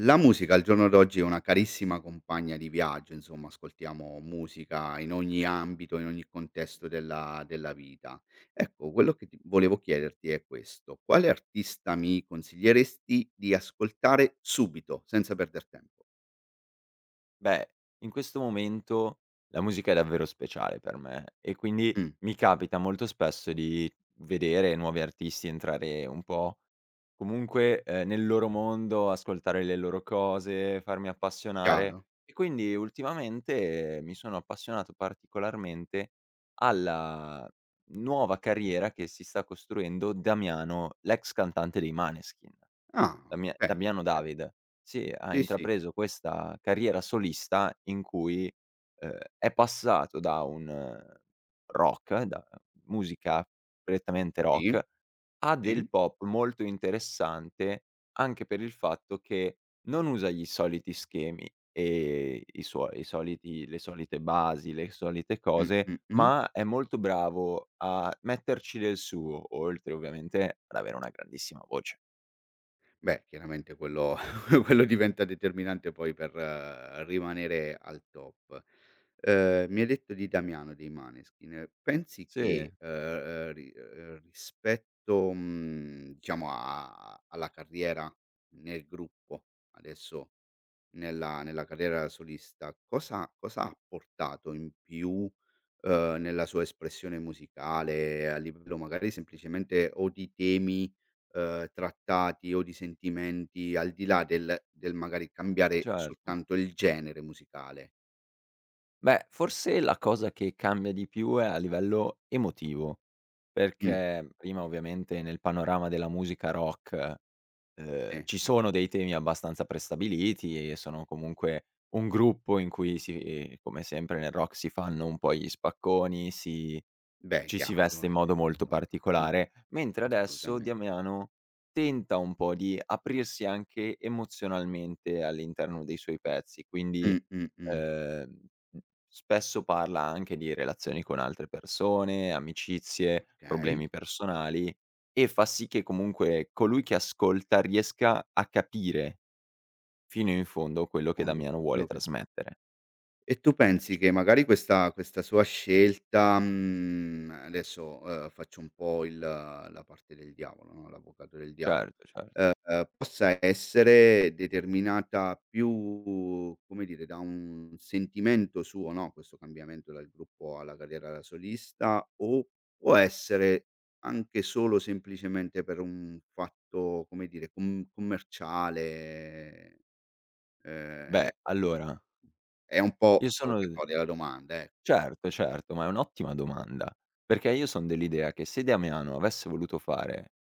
La musica al giorno d'oggi è una carissima compagna di viaggio, insomma ascoltiamo musica in ogni ambito, in ogni contesto della vita. Ecco, quello che ti volevo chiederti è questo: quale artista mi consiglieresti di ascoltare subito, senza perder tempo? Beh, in questo momento la musica è davvero speciale per me e quindi Mh, mi capita molto spesso di vedere nuovi artisti entrare un po' comunque, nel loro mondo, ascoltare le loro cose, farmi appassionare chiaro. e quindi ultimamente mi sono appassionato particolarmente alla nuova carriera che si sta costruendo Damiano, l'ex cantante dei Måneskin. Ah, Damia okay, Damiano okay. David, sì, ha Sì, sì, intrapreso questa carriera solista in cui, è passato da un rock, da musica prettamente sì, rock, a sì. del pop molto interessante, anche per il fatto che non usa gli soliti schemi e i suo i soliti le solite basi, le solite Mh, cose, mh, mh. ma è molto bravo a metterci del suo, oltre ovviamente ad avere una grandissima voce. Beh, chiaramente quello quello diventa determinante poi per rimanere al top. Mi hai detto di Damiano dei Måneskin. Pensi Sì. che, ri rispetto, diciamo a alla carriera nel gruppo, adesso nella carriera da solista, cosa ha portato in più, nella sua espressione musicale, a livello magari semplicemente o di temi, trattati o di sentimenti, al di là del magari cambiare Certo. soltanto il genere musicale? Beh, forse la cosa che cambia di più è a livello emotivo, Mh, perché prima ovviamente nel panorama della musica rock sì. ci sono dei temi abbastanza prestabiliti e sono comunque un gruppo in cui come sempre nel rock si fanno un po' gli spacconi, si Beh, ci si chiaro, veste in modo molto insomma, particolare, mentre adesso assolutamen. Damiano tenta un po' di aprirsi anche emozionalmente all'interno dei suoi pezzi, quindi, Mh, mh, mh. ehm, mhmm, spesso parla anche di relazioni con altre persone, amicizie, Okay. problemi personali e fa sì che comunque colui che ascolta riesca a capire fino in fondo quello che Fondo Damiano co vuole quello che. trasmettere. E tu pensi che magari questa sua scelta, adesso, faccio un po' il la parte del diavolo, no, l'avvocato del diavolo, Certo, certo. Possa essere determinata più, come dire, da un sentimento suo, no, questo cambiamento dal gruppo alla carriera da solista, o può essere anche solo semplicemente per un fatto, come dire, commerciale? Ehm, è Beh, allora, è un po' io sono d provocatoria la domanda, ecco. certo, certo, ma è un'ottima domanda, perché io son dell'idea che se Damiano avesse voluto fare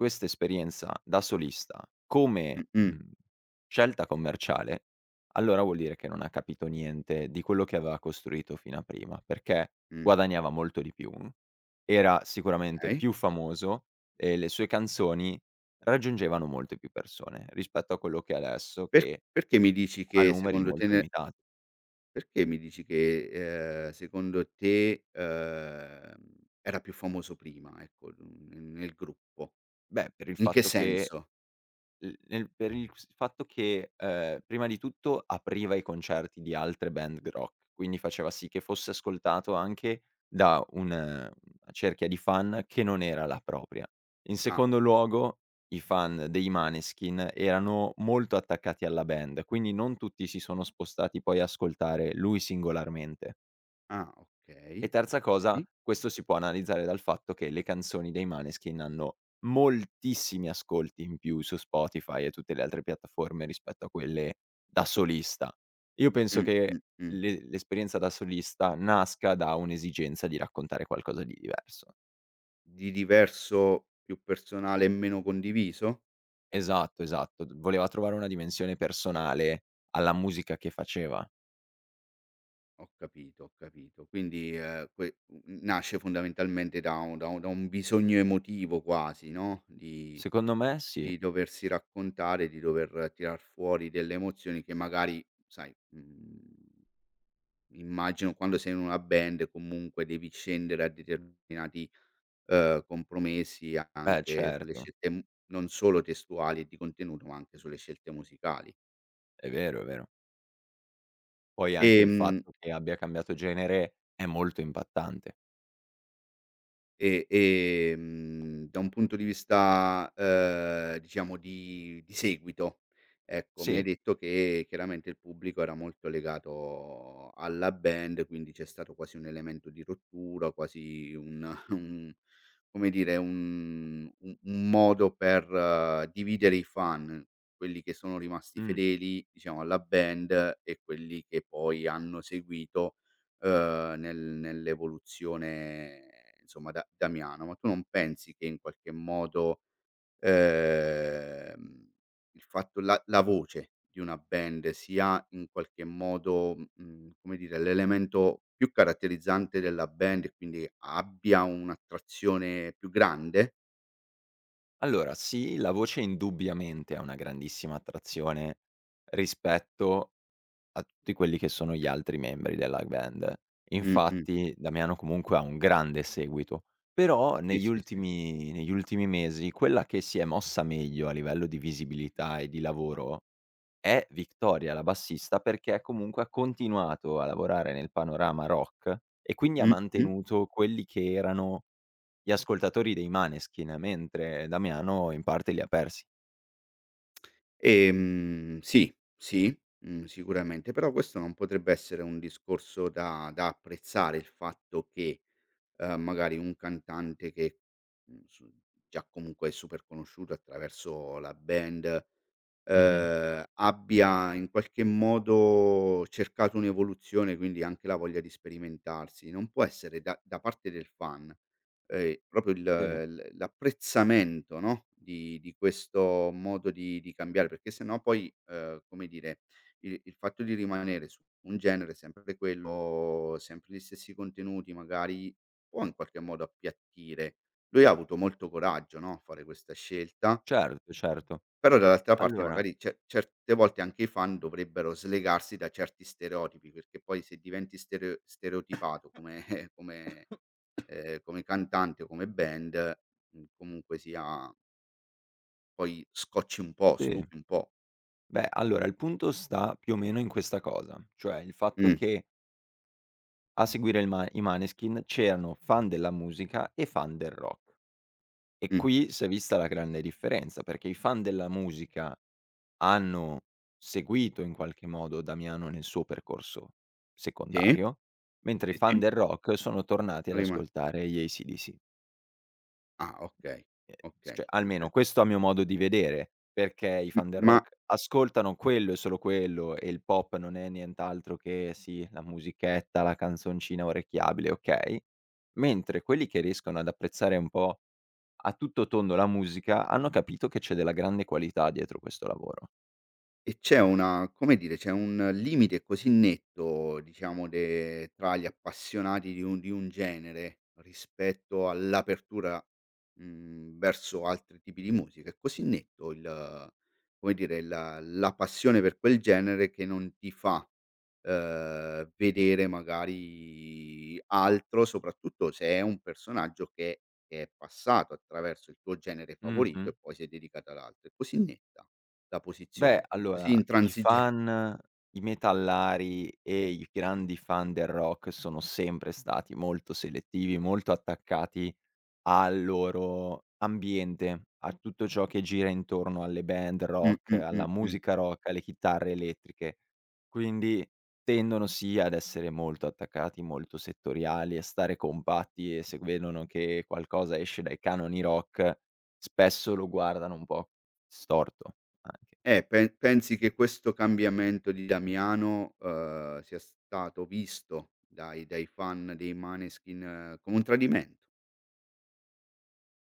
questa esperienza da solista come, Mh-mh, scelta commerciale, allora vuol dire che non ha capito niente di quello che aveva costruito fino a prima, perché mh, guadagnava molto di più, era sicuramente okay. più famoso e le sue canzoni raggiungevano molte più persone rispetto a quello che è adesso che Perché mi dici ha che numeri secondo te molto ne. limitati. Perché mi dici che, secondo te, era più famoso prima, ecco, n n nel gruppo? Beh, per il In che fatto che senso? L nel per il s fatto che, prima di tutto apriva i concerti di altre band g rock, quindi faceva sì che fosse ascoltato anche da un una cerchia di fan che non era la propria. In Ah, secondo okay. luogo, i fan dei Måneskin erano molto attaccati alla band, quindi non tutti si sono spostati poi a ascoltare lui singolarmente. Ah, E okay, terza cosa, okay. questo si può analizzare dal fatto che le canzoni dei Maneskin hanno moltissimi ascolti in più su Spotify e tutte le altre piattaforme rispetto a quelle da solista. Io penso Mh, mh, che mh. le l'esperienza da solista nasca da un'esigenza di raccontare qualcosa di diverso. Di diverso, più personale e meno condiviso? Esatto, esatto. D Voleva trovare una dimensione personale alla musica che faceva. Ho capito, ho capito. Quindi, nasce fondamentalmente da un bisogno emotivo quasi, no, di Secondo me sì. di doversi raccontare, di dover tirar fuori delle emozioni che magari, sai, immagino quando sei in una band comunque devi scendere a determinati, compromessi Beh, anche sulle certo, scelte m non solo testuali e di contenuto, ma anche sulle scelte musicali. è vero, è vero. Poi Sì. anche il fatto che abbia cambiato genere è molto impattante. E, da un punto di vista, diciamo di seguito, ecco, mi hai Sì, detto che chiaramente il pubblico era molto legato alla band, quindi c'è stato quasi un elemento di rottura, quasi un un come dire, un modo per dividere i fan, quelli che sono rimasti mh. fedeli, diciamo, alla band e quelli che poi hanno seguito, nel nell'evoluzione, insomma, da Miano, ma tu non pensi che in qualche modo, ehm, il fatto la la voce di una band sia in qualche modo, come dire, l'elemento più caratterizzante della band e quindi abbia un'attrazione più grande? Allora sì, la voce indubbiamente ha una grandissima attrazione rispetto a tutti quelli che sono gli altri membri della band. Mh-mh. Infatti Damiano comunque ha un grande seguito, però Sì, negli sì, sì. ultimi negli ultimi mesi quella che si è mossa meglio a livello di visibilità e di lavoro è Victoria, la bassista, perché comunque ha continuato a lavorare nel panorama rock e quindi ha Mh-mh. mantenuto quelli che erano gli ascoltatori dei Maneskin, mentre Damiano in parte li ha persi. Sì, sì, sicuramente, però questo non potrebbe essere un discorso da apprezzare il fatto che, magari un cantante che, mhmm, su già comunque è super conosciuto attraverso la band, Mh-mh. Abbia in qualche modo cercato un'evoluzione, quindi anche la voglia di sperimentarsi. Non può essere da parte del fan, proprio il Sì, l l'apprezzamento, no, di questo modo di cambiare, perché se no poi, come dire, il fatto di rimanere su un genere sempre quello, sempre gli stessi contenuti magari, può in qualche modo appiattire. Lui ha avuto molto coraggio, no, a fare questa scelta, certo, certo. però dall'altra parte Allora magari ce certe volte anche i fan dovrebbero slegarsi da certi stereotipi, perché poi se diventi stereotipato come come come cantante o come band, comunque sia poi scocci un po', sì. stufi un po'. Beh, allora il punto sta più o meno in questa cosa, cioè il fatto Mh, che a seguire il Ma i Maneskin c'erano fan della musica e fan del rock. E mh. qui si è vista la grande differenza, perché i fan della musica hanno seguito in qualche modo Damiano nel suo percorso Sì, secondario, mentre i sì, fan sì. del rock sono tornati ad Rima ascoltare gli AC/DC. Ah, okay, S okay. Cioè almeno questo a mio modo di vedere, perché i M fan del ma rock ascoltano quello e solo quello e il pop non è nient'altro che sì, la musichetta, la canzoncina orecchiabile, okay, mentre quelli che riescono ad apprezzare un po' a tutto tondo la musica, hanno capito che c'è della grande qualità dietro questo lavoro. e c'è una, come dire, c'è un limite così netto, diciamo, de tra gli appassionati di un genere, rispetto all'apertura, verso altri tipi di musica. È così netto il come dire, la passione per quel genere, che non ti fa, vedere magari altro, soprattutto se è un personaggio che è passato attraverso il tuo genere favorito, Mh-mh. e poi si è dedicato ad altro. È così netta. La posizione, Beh, sono così allora i intransigenti. fan i metallari e i grandi fan del rock sono sempre stati molto selettivi, molto attaccati al loro ambiente, a tutto ciò che gira intorno alle band Mh, rock, mh, alla mh, mh. musica rock, alle chitarre elettriche. Quindi tendono sì ad essere molto attaccati, molto settoriali, a stare compatti e se vedono che qualcosa esce dai canoni rock, spesso lo guardano un po' storto anche. Pe pensi che questo cambiamento di Damiano, sia stato visto dai fan dei Maneskin, come un tradimento?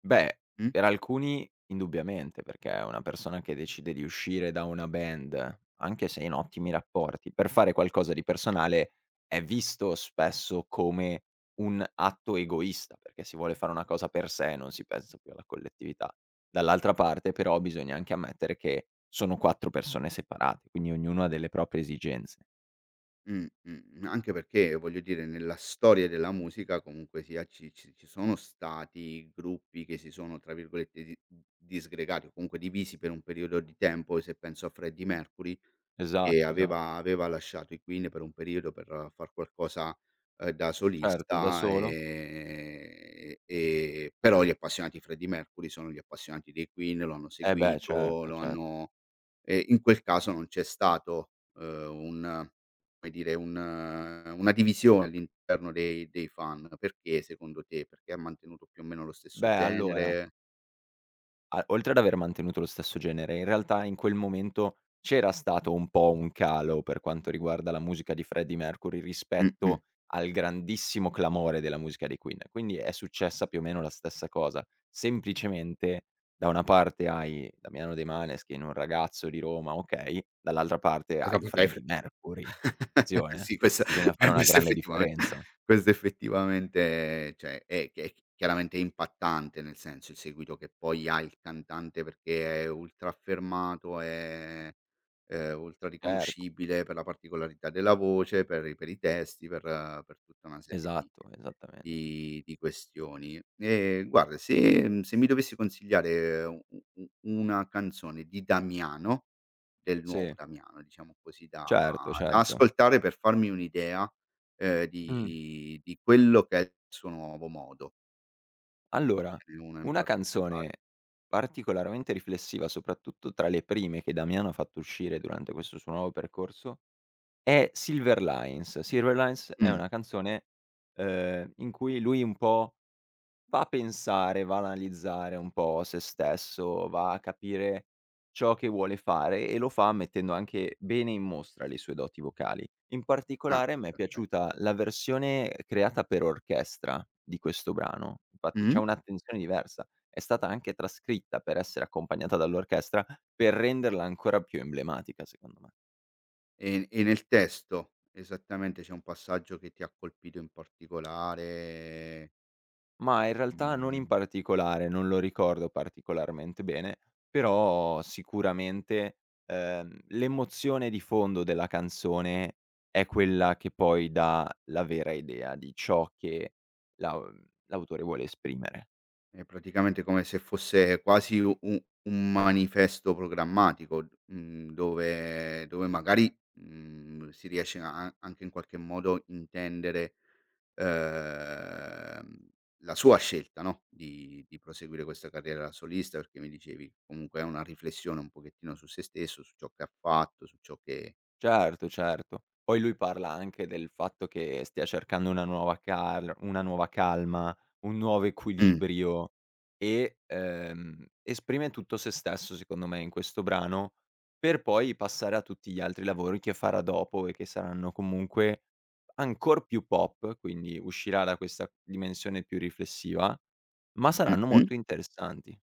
Beh, Mh? per alcuni indubbiamente, perché è una persona che decide di uscire da una band, anche se in ottimi rapporti, per fare qualcosa di personale, è visto spesso come un atto egoista, perché si vuole fare una cosa per sé, non si pensa più alla collettività. Dall'altra parte però bisogna anche ammettere che sono 4 persone separate, quindi ognuno ha delle proprie esigenze. Anche perché, voglio dire, nella storia della musica comunque sia ci sono stati gruppi che si sono, tra virgolette, "di disgregati" o comunque divisi per un periodo di tempo, se penso a Freddie Mercury che Esatto, esatto. aveva lasciato i Queen per un periodo per far qualcosa, da Certo, da solista, solo e però gli appassionati di Freddie Mercury sono gli appassionati dei Queen, lo hanno eh beh seguito, certo, lo cer hanno e in quel caso non c'è stato, un come dire, un una divisione all'interno dei fan. Perché secondo te? Perché ha mantenuto più o meno lo stesso beh allora genere? A oltre ad aver mantenuto lo stesso genere, in realtà in quel momento c'era stato un po' un calo per quanto riguarda la musica di Freddie Mercury Mh-mh. rispetto al grandissimo clamore della musica dei Queen. Quindi è successa più o meno la stessa cosa. Semplicemente da una parte hai Damiano De Maneskin, un ragazzo di Roma, okay, dall'altra parte hai Freddie Mercury. Attenzione, eh. Sì, questa Bisogna fare una questa grande effettivamen differenza. questo effettivamente, cioè, è che è chiaramente impattante, nel senso, il seguito che poi ha il cantante perché è ultra affermato, è, ultra Certo, riconoscibile per la particolarità della voce, per i testi, per tutta una serie di esatto, esattamente. di di questioni. Guarda, se mi dovessi consigliare u u u una canzone di Damiano, del nuovo Sì, Damiano, diciamo così, da certo, certo. ascoltare per farmi un'idea, Mh. di quello che è il suo nuovo modo. Allora, Ce n'è uno in una particolare? canzone particolarmente riflessiva, soprattutto tra le prime che Damiano ha fatto uscire durante questo suo nuovo percorso, è Silver Lines. Silver Lines è Mh, una canzone, in cui lui un po' va a pensare, va a analizzare un po' se stesso, va a capire ciò che vuole fare e lo fa mettendo anche bene in mostra le sue doti vocali. In ah, particolare m'è Sì. okay. piaciuta la versione creata per orchestra di questo brano, infatti c'è Mh-mh. un'attenzione diversa. È stata anche trascritta per essere accompagnata dall'orchestra, per renderla ancora più emblematica secondo me. E nel testo, esattamente, c'è un passaggio che ti ha colpito in particolare? Ma in realtà non in Mh. particolare, non lo ricordo particolarmente bene, però sicuramente, l'emozione di fondo della canzone è quella che poi dà la vera idea di ciò che l'au l'autore vuole esprimere. È praticamente come se fosse quasi u u un manifesto programmatico, dove magari, si riesce a anche in qualche modo intendere, ehm, la sua scelta, no, di proseguire questa carriera da solista, perché mi dicevi comunque è una riflessione un pochettino su se stesso, su ciò che ha fatto, su ciò che. Certo, certo. Poi lui parla anche del fatto che stia cercando una nuova calma, un nuovo Mh, equilibrio e, esprime tutto se stesso secondo me in questo brano, per poi passare a tutti gli altri lavori che farà dopo e che saranno comunque ancor più pop, quindi uscirà da questa dimensione più riflessiva, ma saranno mh-mh. molto interessanti.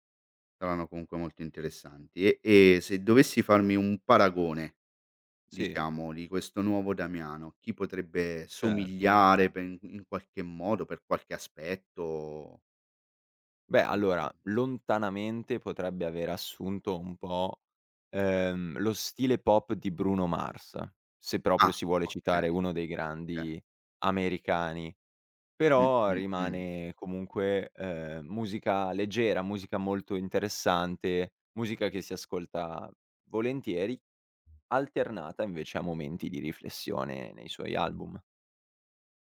Saranno comunque molto interessanti. E se dovessi farmi un paragone, Sì, diciamo, di questo nuovo Damiano, chi potrebbe certo. somigliare pe in qualche modo, per qualche aspetto? Beh, Mh-mh. allora, lontanamente potrebbe aver assunto un po', lo stile pop di Bruno Mars, se proprio Ah, si vuole okay, citare uno dei okay. grandi americani, Mh, però mh, mh, rimane comunque, musica leggera, musica molto interessante, musica che si ascolta volentieri, alternata invece a momenti di riflessione nei suoi album.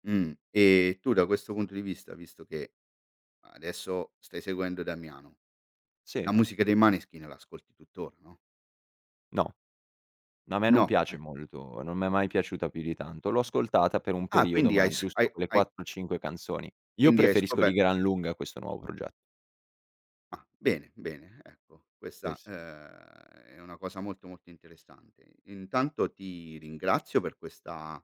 E tu da questo punto di vista, visto che adesso stai seguendo Damiano, la Sì, musica dei Maneskin l'ascolti tuttora, no? no. No, a me non No, piace eh. molto, non m'è mai piaciuta più di tanto. L'ho ascoltata per un Ah, periodo, quindi hai ma s hai giusto quelle hai 4, 5 canzoni. Io quindi hai preferisco di scoper. gran lunga questo nuovo progetto, Ah, bene, bene, ecco sì, questa, sì. È una cosa molto, molto interessante. Intanto ti ringrazio per questa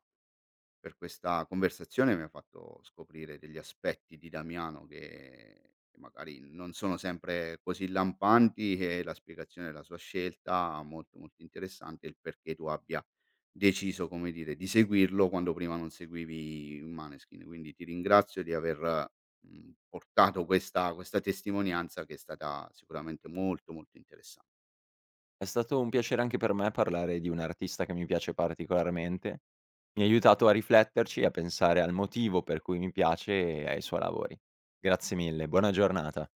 conversazione, mi ha fatto scoprire degli aspetti di Damiano che magari non sono sempre così lampanti, e la spiegazione della sua scelta molto, molto interessante, e il perché tu abbia deciso, come dire, di seguirlo quando prima non seguivi i Måneskin. Quindi ti ringrazio di aver, portato questa testimonianza che è stata sicuramente molto, molto interessan. È stato un piacere anche per me parlare di un artista che mi piace particolarmente. Mi ha aiutato a rifletterci e a pensare al motivo per cui mi piace e ai suoi lavori. Grazie mille, buona giornata.